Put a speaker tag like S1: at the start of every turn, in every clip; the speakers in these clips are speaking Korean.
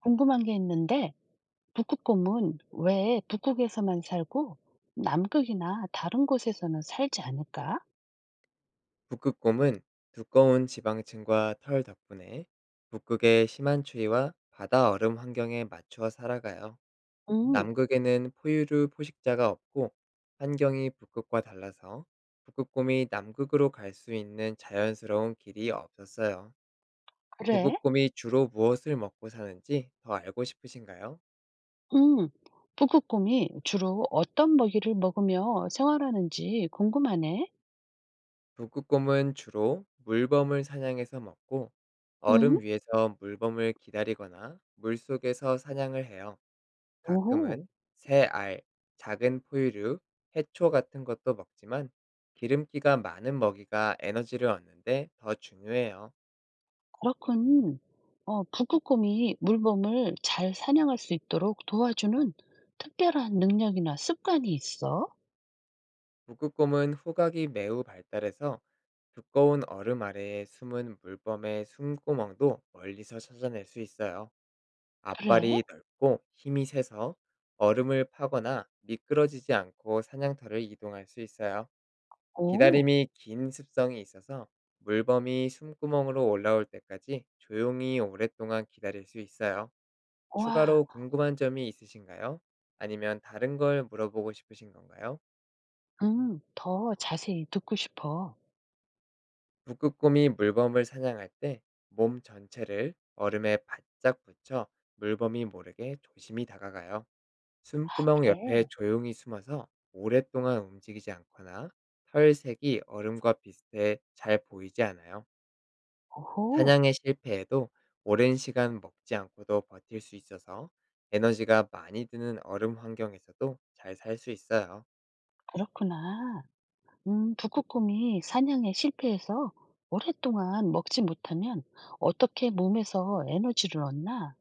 S1: 궁금한 게 있는데, 북극곰은 왜 북극에서만 살고 남극이나 다른 곳에서는 살지 않을까?
S2: 북극곰은 두꺼운 지방층과 털 덕분에 북극의 심한 추위와 바다 얼음 환경에 맞추어 살아가요.
S1: 음, 음.
S2: 남극에는 포유류 포식자가 없고, 환경이 북극과 달라서 북극곰이 남극으로 갈 수 있는 자연스러운 길이 없었어요.
S1: 그래?
S2: 북극곰이 주로 무엇을 먹고 사는지 더 알고 싶으신가요?
S1: 음, 북극곰이 주로 어떤 먹이를 먹으며 생활하는지 궁금하네.
S2: 북극곰은 주로 물범을 사냥해서 먹고,
S1: 음,
S2: 얼음 위에서 물범을 기다리거나 물속에서 사냥을 해요.
S1: 오호,
S2: 가끔은 새 알, 작은 포유류, 해초 같은 것도 먹지만, 기름기가 많은 먹이가 에너지를 얻는데 더 중요해요.
S1: 그렇군. 북극곰이 물범을 잘 사냥할 수 있도록 도와주는 특별한 능력이나 습관이 있어?
S2: 북극곰은 후각이 매우 발달해서 두꺼운 얼음 아래에 숨은 물범의 숨구멍도 멀리서 찾아낼 수 있어요.
S1: 그래?
S2: 앞발이 넓고 힘이 세서 얼음을 파거나 미끄러지지 않고 사냥터를 이동할 수 있어요.
S1: 오,
S2: 기다림이 긴 습성이 있어서 물범이 숨구멍으로 올라올 때까지 조용히 오랫동안 기다릴 수 있어요.
S1: 와,
S2: 추가로 궁금한 점이 있으신가요? 아니면 다른 걸 물어보고 싶으신 건가요?
S1: 더 자세히 듣고 싶어.
S2: 북극곰이 물범을 사냥할 때 몸 전체를 얼음에 바짝 붙여 물범이 모르게 조심히 다가가요. 숨구멍 옆에
S1: 그래.
S2: 조용히 숨어서 오랫동안 움직이지 않거나, 털 색이 얼음과 비슷해 잘 보이지 않아요.
S1: 오호.
S2: 사냥에 실패해도 오랜 시간 먹지 않고도 버틸 수 있어서 에너지가 많이 드는 얼음 환경에서도 잘 살 수 있어요.
S1: 그렇구나. 북극곰이 사냥에 실패해서 오랫동안 먹지 못하면 어떻게 몸에서 에너지를 얻나?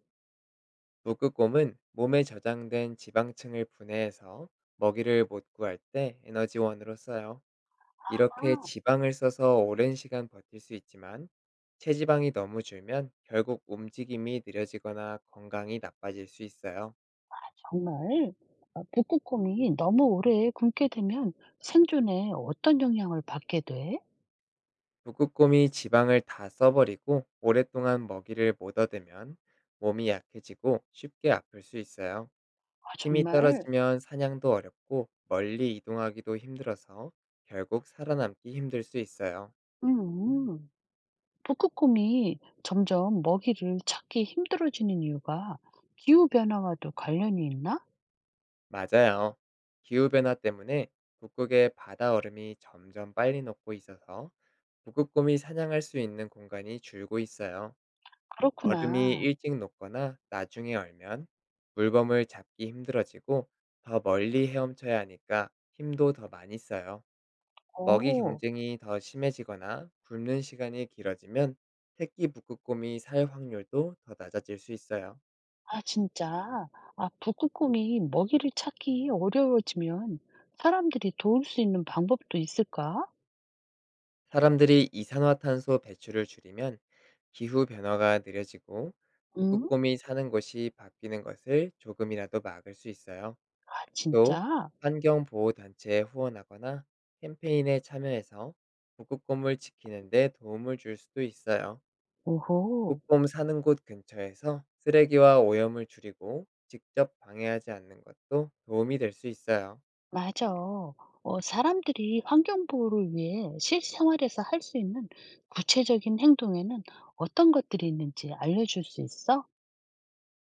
S2: 북극곰은 몸에 저장된 지방층을 분해해서 먹이를 못 구할 때 에너지원으로 써요. 이렇게
S1: 아
S2: 지방을 써서 오랜 시간 버틸 수 있지만, 체지방이 너무 줄면 결국 움직임이 느려지거나 건강이 나빠질 수 있어요.
S1: 정말? 아, 북극곰이 너무 오래 굶게 되면 생존에 어떤 영향을 받게 돼?
S2: 북극곰이 지방을 다 써버리고 오랫동안 먹이를 못 얻으면 몸이 약해지고 쉽게 아플 수 있어요.
S1: 아
S2: 힘이
S1: 정말?
S2: 떨어지면 사냥도 어렵고 멀리 이동하기도 힘들어서 결국 살아남기 힘들 수 있어요.
S1: 음. 음. 북극곰이 점점 먹이를 찾기 힘들어지는 이유가 기후 변화와도 관련이 있나?
S2: 맞아요. 기후변화 때문에 북극의 바다 얼음이 점점 빨리 녹고 있어서 북극곰이 사냥할 수 있는 공간이 줄고 있어요. 얼음이
S1: 그렇구나.
S2: 일찍 녹거나 나중에 얼면 물범을 잡기 힘들어지고, 더 멀리 헤엄쳐야 하니까 힘도 더 많이 써요. 먹이
S1: 어.
S2: 경쟁이 더 심해지거나 굶는 시간이 길어지면 새끼 북극곰이 살 확률도 더 낮아질 수 있어요.
S1: 아 진짜? 아 북극곰이 먹이를 찾기 어려워지면 사람들이 도울 수 있는 방법도 있을까?
S2: 사람들이 이산화탄소 배출을 줄이면 기후 변화가 느려지고,
S1: 응?
S2: 북극곰이 사는 곳이 바뀌는 것을 조금이라도 막을 수 있어요.
S1: 아
S2: 또
S1: 진짜?
S2: 환경보호단체에 후원하거나 캠페인에 참여해서 북극곰을 지키는 데 도움을 줄 수도 있어요.
S1: 오호.
S2: 북극곰 사는 곳 근처에서 쓰레기와 오염을 줄이고 직접 방해하지 않는 것도 도움이 될 수 있어요.
S1: 맞아. 사람들이 환경 보호를 위해 실생활에서 할 수 있는 구체적인 행동에는 어떤 것들이 있는지 알려줄 수 있어?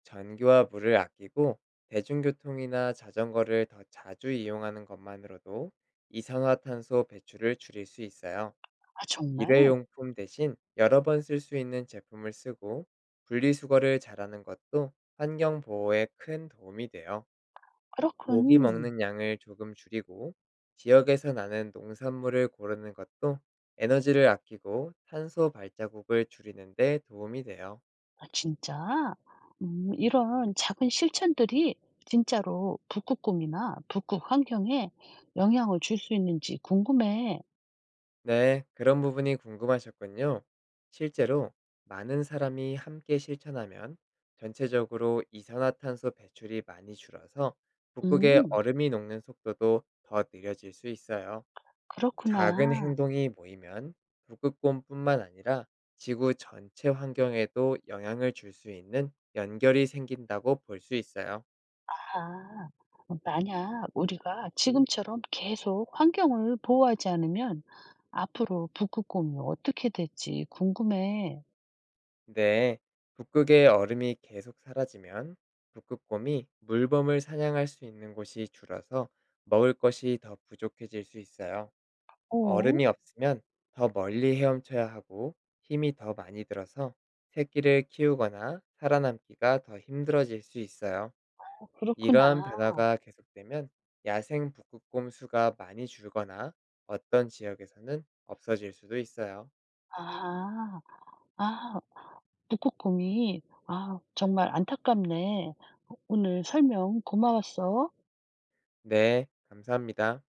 S2: 전기와 물을 아끼고 대중교통이나 자전거를 더 자주 이용하는 것만으로도 이산화탄소 배출을 줄일 수 있어요.
S1: 아 정말?
S2: 일회용품 대신 여러 번 쓸 수 있는 제품을 쓰고 분리수거를 잘하는 것도 환경 보호에 큰 도움이 돼요. 고기
S1: 그렇군.
S2: 먹는 양을 조금 줄이고 지역에서 나는 농산물을 고르는 것도 에너지를 아끼고 탄소 발자국을 줄이는 데 도움이 돼요.
S1: 아 진짜? 이런 작은 실천들이 진짜로 북극 꿈이나 북극 환경에 영향을 줄 수 있는지 궁금해.
S2: 네, 그런 부분이 궁금하셨군요. 실제로 많은 사람이 함께 실천하면 전체적으로 이산화탄소 배출이 많이 줄어서 북극의
S1: 음
S2: 얼음이 녹는 속도도 더 느려질 수 있어요. 작은
S1: 그렇구나.
S2: 행동이 모이면 북극곰뿐만 아니라 지구 전체 환경에도 영향을 줄 수 있는 연결이 생긴다고 볼 수 있어요.
S1: 아 만약 우리가 지금처럼 계속 환경을 보호하지 않으면 앞으로 북극 꿈이 어떻게 될지 궁금해.
S2: 네, 북극의 얼음이 계속 사라지면 북극곰이 물범을 사냥할 수 있는 곳이 줄어서 먹을 것이 더 부족해질 수 있어요.
S1: 오
S2: 얼음이 없으면 더 멀리 헤엄쳐야 하고 힘이 더 많이 들어서 새끼를 키우거나 살아남기가 더 힘들어질 수 있어요. 이러한
S1: 그렇구나.
S2: 변화가 계속되면 야생 북극곰 수가 많이 줄거나 어떤 지역에서는 없어질 수도 있어요.
S1: 아. 아 북극곰이 아 정말 안타깝네. 오늘 설명 고마웠어.
S2: 네, 감사합니다.